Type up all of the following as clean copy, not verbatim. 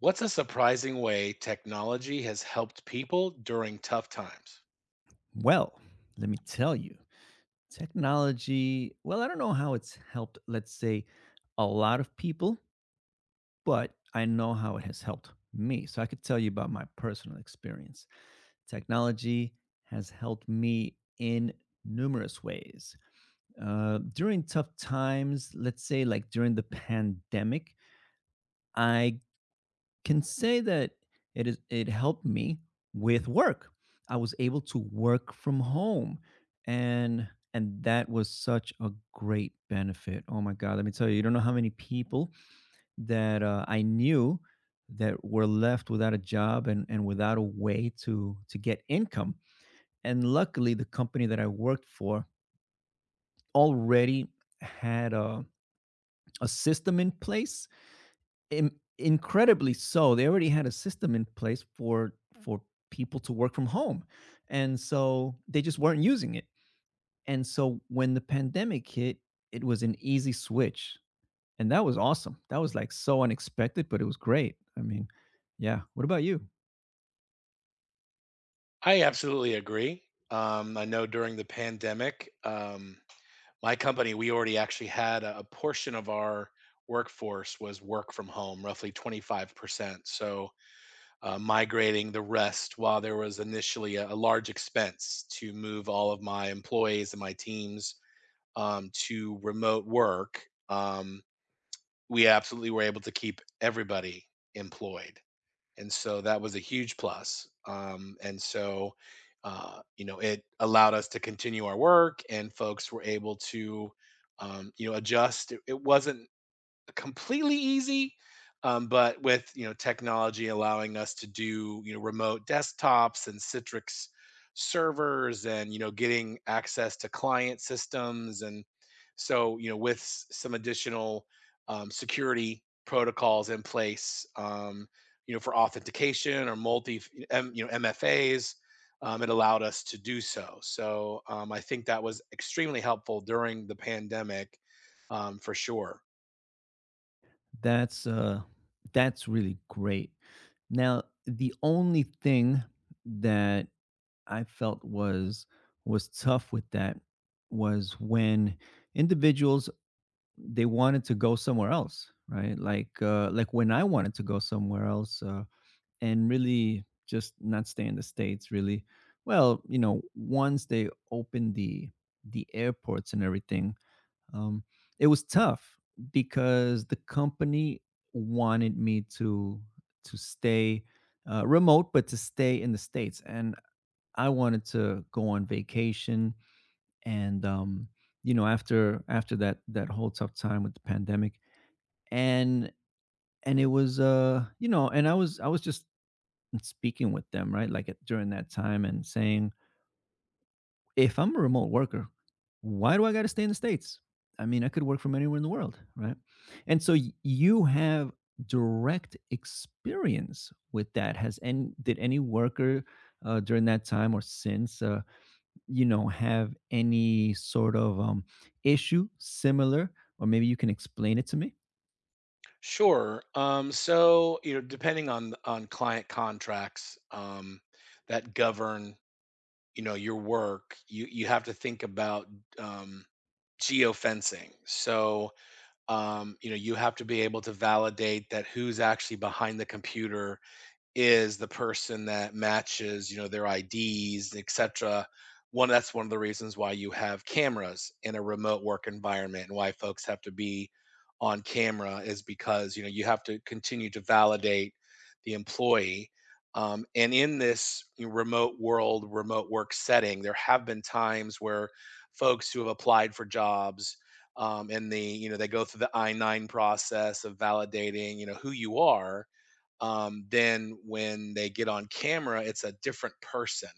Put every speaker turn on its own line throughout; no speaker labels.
What's a surprising way technology has helped people during tough times?
Well, let me tell you, technology, well, I don't know how it's helped, let's say, a lot of people, but I know how it has helped me. So I could tell you about my personal experience. Technology has helped me in numerous ways. During tough times, let's say like during the pandemic, I can say that it helped me with work. I was able to work from home and that was such a great benefit. Oh my god, let me tell you, you don't know how many people that I knew that were left without a job and without a way to get income. And luckily the company that I worked for already had a system in place in incredibly so, they already had a system in place for people to work from home, and so they just weren't using it. And so when the pandemic hit, it was an easy switch, and that was awesome. That was like so unexpected, but it was great. I mean, yeah. What about you?
I absolutely agree. I know during the pandemic, my company, we already actually had a portion of our workforce was work from home, roughly 25%. So migrating the rest, while there was initially a large expense to move all of my employees and my teams, to remote work, um, we absolutely were able to keep everybody employed, and so that was a huge plus. And so, you know, it allowed us to continue our work, and folks were able to, you know, adjust. It wasn't completely easy, but with you know technology allowing us to do you know remote desktops and Citrix servers and you know getting access to client systems. And so you know with some additional security protocols in place, you know, for authentication or multi M, you know, mfas, it allowed us to do so. So I think that was extremely helpful during the pandemic, for sure.
That's that's really great. Now, the only thing that I felt was tough with that was when individuals they wanted to go somewhere else, right? Like when I wanted to go somewhere else and really just not stay in the states. Really, well, you know, once they opened the airports and everything, um, it was tough because the company wanted me to stay remote, but to stay in the states, and I wanted to go on vacation and you know, after that whole tough time with the pandemic and and it was you know, and I was just speaking with them, right? Like during that time, and saying if I'm a remote worker, why do I got to stay in the states? I mean, I could work from anywhere in the world, right? And so you have direct experience with that. Has And did any worker during that time or since you know, have any sort of issue similar, or maybe you can explain it to me?
Sure. So, you know, depending on client contracts that govern, you know, your work, you have to think about, um, geofencing. So, you know, you have to be able to validate that who's actually behind the computer is the person that matches, you know, their IDs, cetera. One that's one of the reasons why you have cameras in a remote work environment and why folks have to be on camera is because, you know, you have to continue to validate the employee. And in this remote world, remote work setting, there have been times where folks who have applied for jobs, and the you know they go through the I nine process of validating you know who you are, then when they get on camera, it's a different person.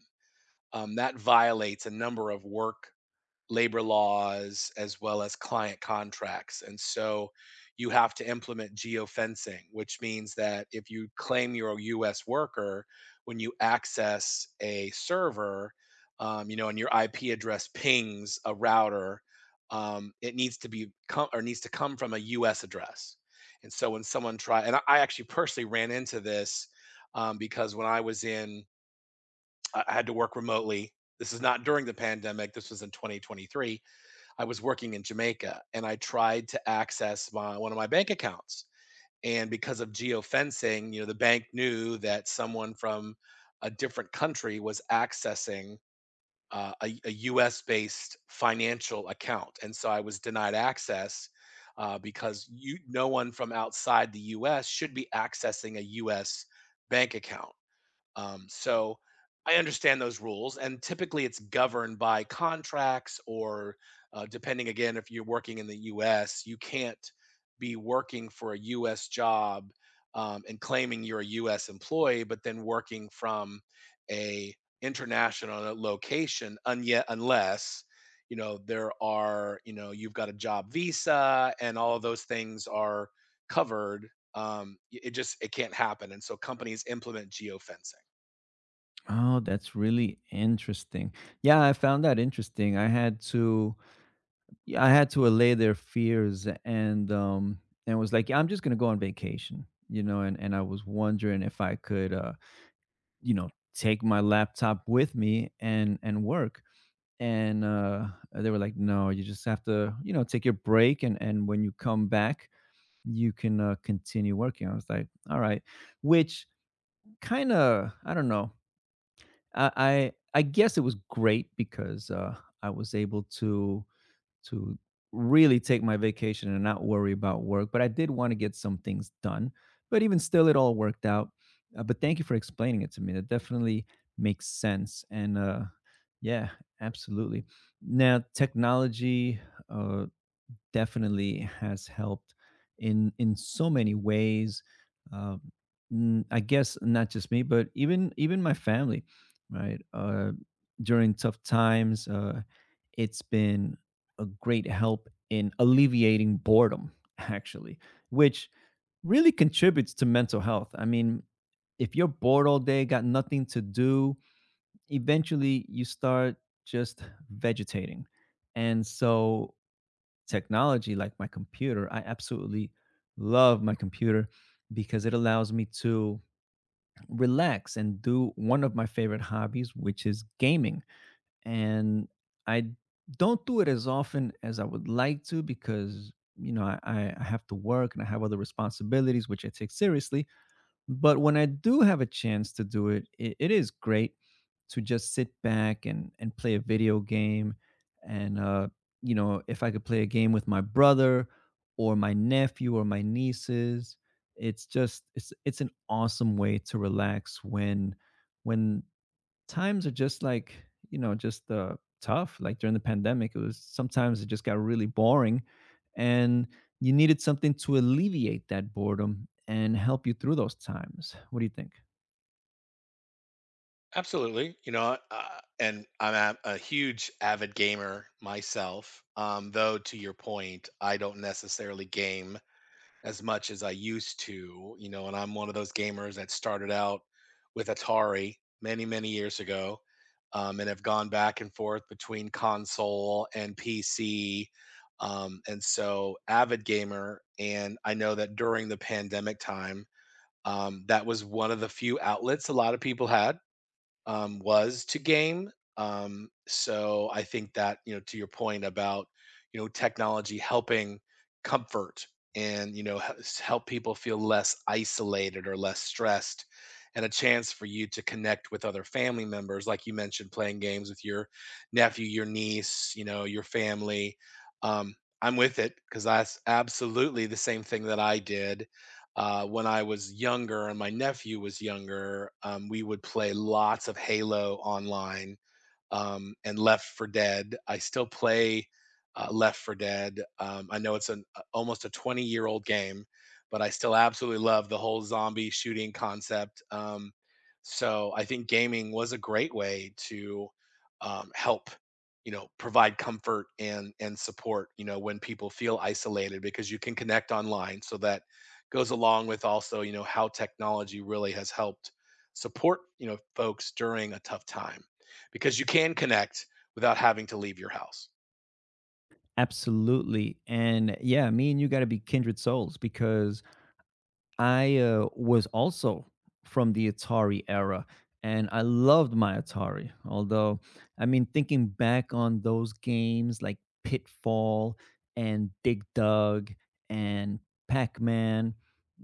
That violates a number of work labor laws as well as client contracts. And so you have to implement geofencing, which means that if you claim you're a US worker, when you access a server, you know, and your IP address pings a router, it needs to come from a US address. And so when someone try, and I actually personally ran into this, because when I was in, I had to work remotely. This is not during the pandemic. This was in 2023. I was working in Jamaica and I tried to access my one of my bank accounts. And because of geofencing, you know, the bank knew that someone from a different country was accessing US based financial account. And so I was denied access because no one from outside the US should be accessing a US bank account. So I understand those rules, and typically it's governed by contracts, or depending again, if you're working in the U.S., you can't be working for a U.S. job, and claiming you're a U.S. employee, but then working from a international location, un- yet unless you know there are you know you've got a job visa and all of those things are covered. It just it can't happen, and so companies implement geofencing.
Oh, that's really interesting. Yeah, I found that interesting. I had to Yeah, I had to allay their fears, and was like, "Yeah, I'm just going to go on vacation." You know, and I was wondering if I could, you know, take my laptop with me and work. And they were like, "No, you just have to, you know, take your break and when you come back, you can, continue working." I was like, "All right." Which kind of, I don't know, I I I guess it was great because, I was able to really take my vacation and not worry about work, but I did wanna get some things done. But even still, it all worked out. But thank you for explaining it to me. That definitely makes sense, and, yeah, absolutely. Now technology, uh definitely has helped in so many ways. Um, I guess not just me, but even my family, right? During tough times, it's been a great help in alleviating boredom, actually, which really contributes to mental health. I mean, if you're bored all day, got nothing to do, eventually you start just vegetating. And so technology like my computer. I absolutely love my computer because it allows me to relax and do one of my favorite hobbies, which is gaming. And I don't do it as often as I would like to because, you know, I have to work and I have other responsibilities, which I take seriously. But when I do have a chance to do it, it is great to just sit back and play a video game. And you know, if I could play a game with my brother or my nephew or my nieces, it's just it's an awesome way to relax when when times are just like, you know, just tough. Like during the pandemic, it was sometimes, it just got really boring, and you needed something to alleviate that boredom and help you through those times. What do you think?
Absolutely. You know, and I'm a huge avid gamer myself. Though to your point, I don't necessarily game as much as I used to, you know, and I'm one of those gamers that started out with Atari many, many years ago, and have gone back and forth between console and PC. And so, avid gamer, and I know that during the pandemic time, that was one of the few outlets a lot of people had, was to game. So I think that, you know, to your point about you know technology helping comfort and you know help people feel less isolated or less stressed, and a chance for you to connect with other family members, like you mentioned, playing games with your nephew, your niece, you know, your family. Um, I'm with it, because that's absolutely the same thing that I did when I was younger and my nephew was younger. We would play lots of Halo online, and Left for Dead. I still play Left for Dead. I know it's an almost a 20-year-old game, but I still absolutely love the whole zombie shooting concept. So I think gaming was a great way to, help, you know, provide comfort and support. You know, when people feel isolated, because you can connect online. So that goes along with also, you know, how technology really has helped support, you know, folks during a tough time, because you can connect without having to leave your house.
Absolutely. And yeah, me and you got to be kindred souls, because I, was also from the Atari era, and I loved my Atari. Although, I mean, thinking back on those games like Pitfall and Dig Dug and Pac Man.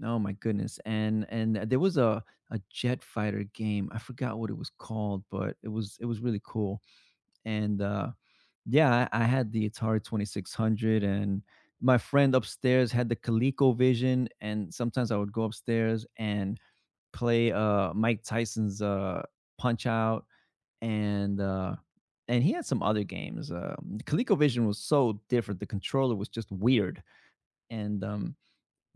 Oh my goodness. And there was a jet fighter game. I forgot what it was called, but it was really cool. And yeah, I had the Atari 2600, and my friend upstairs had the ColecoVision, and sometimes I would go upstairs and play, Mike Tyson's, Punch-Out! And, uh and he had some other games, ColecoVision was so different, the controller was just weird, and,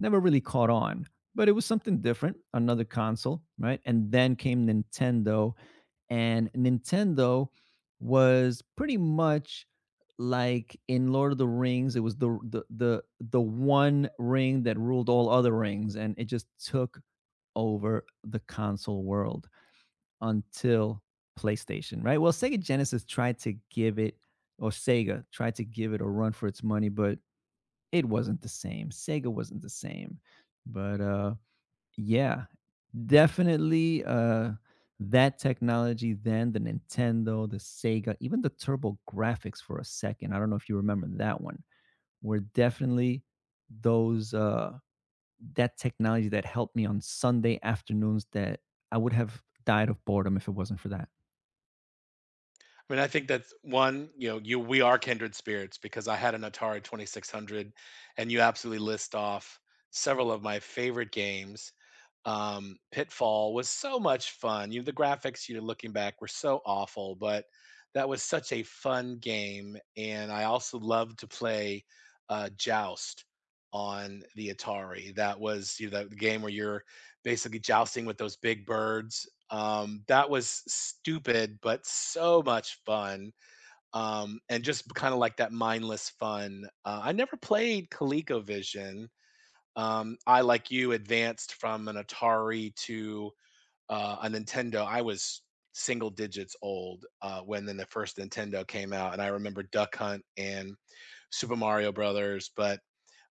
never really caught on, but it was something different, another console, right? And then came Nintendo, and Nintendo was pretty much like in Lord of the Rings, it was the one ring that ruled all other rings, and it just took over the console world until PlayStation, right? Well, Sega Genesis tried to give it, or Sega tried to give it a run for its money, but it wasn't the same. Sega wasn't the same. But yeah, definitely, that technology then, the Nintendo, the Sega, even the Turbo Graphics. For a second, I don't know if you remember that one, were definitely those, that technology that helped me on Sunday afternoons, that I would have died of boredom if it wasn't for that.
I mean, I think that's one, you know, you we are kindred spirits, because I had an Atari 2600 and you absolutely list off several of my favorite games. Pitfall was so much fun. You The graphics you're looking back were so awful, but that was such a fun game. And I also loved to play Joust on the Atari. That was, you know, the game where you're basically jousting with those big birds. That was stupid, but so much fun, and just kind of like that mindless fun. I never played ColecoVision. I, like you, advanced from an Atari to a Nintendo. I was single digits old when then the first Nintendo came out, and I remember Duck Hunt and Super Mario Brothers. But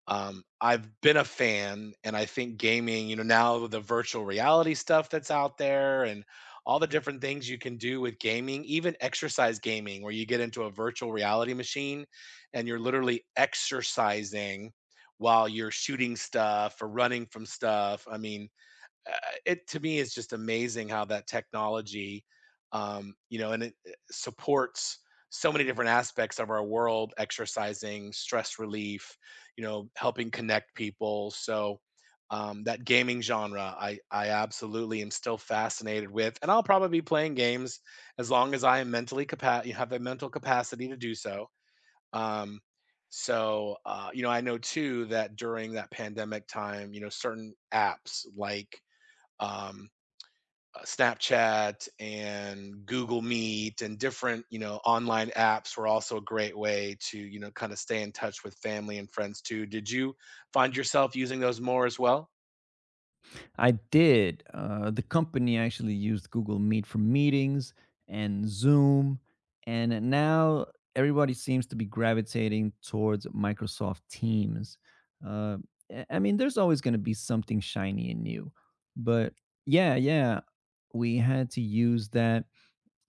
I've been a fan, and I think gaming, you know, now with the virtual reality stuff that's out there and all the different things you can do with gaming, even exercise gaming, where you get into a virtual reality machine and you're literally exercising while you're shooting stuff or running from stuff. I mean, uh, it to me is just amazing how that technology, you know, and it supports so many different aspects of our world: exercising, stress relief, you know, helping connect people. So, that gaming genre, I absolutely am still fascinated with, and I'll probably be playing games as long as I am you have the mental capacity to do so. Um, so you know, I know too that during that pandemic time, you know, certain apps like, um, Snapchat and Google Meet and different, you know, online apps were also a great way to, you know, kind of stay in touch with family and friends too. Did you find yourself using those more as well?
I did. The company actually used Google Meet for meetings and Zoom, and now everybody seems to be gravitating towards Microsoft Teams. Uh, I mean, there's always going to be something shiny and new, but yeah, yeah, we had to use that,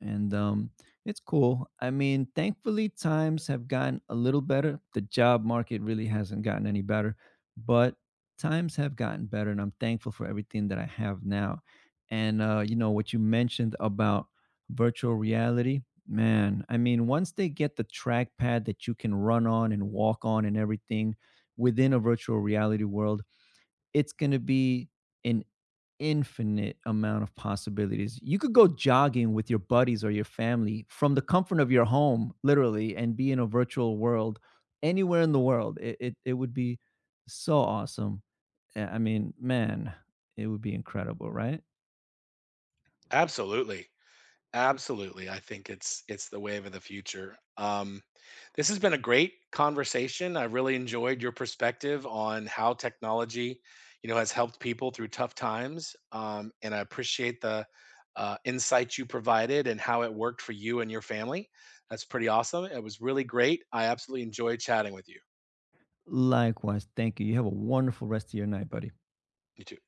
and it's cool. I mean, thankfully, times have gotten a little better. The job market really hasn't gotten any better, but times have gotten better, and I'm thankful for everything that I have now. And you know what you mentioned about virtual reality, man. I mean, once they get the trackpad that you can run on and walk on and everything within a virtual reality world, it's going to be an infinite amount of possibilities. You could go jogging with your buddies or your family from the comfort of your home, literally, and be in a virtual world anywhere in the world. It would be so awesome. I mean, man, it would be incredible, right?
Absolutely. Absolutely. I think it's the wave of the future. This has been a great conversation. I really enjoyed your perspective on how technology, you know, has helped people through tough times. And I appreciate the insight you provided and how it worked for you and your family. That's pretty awesome. It was really great. I absolutely enjoyed chatting with you.
Likewise, thank you. You have a wonderful rest of your night, buddy.
You too.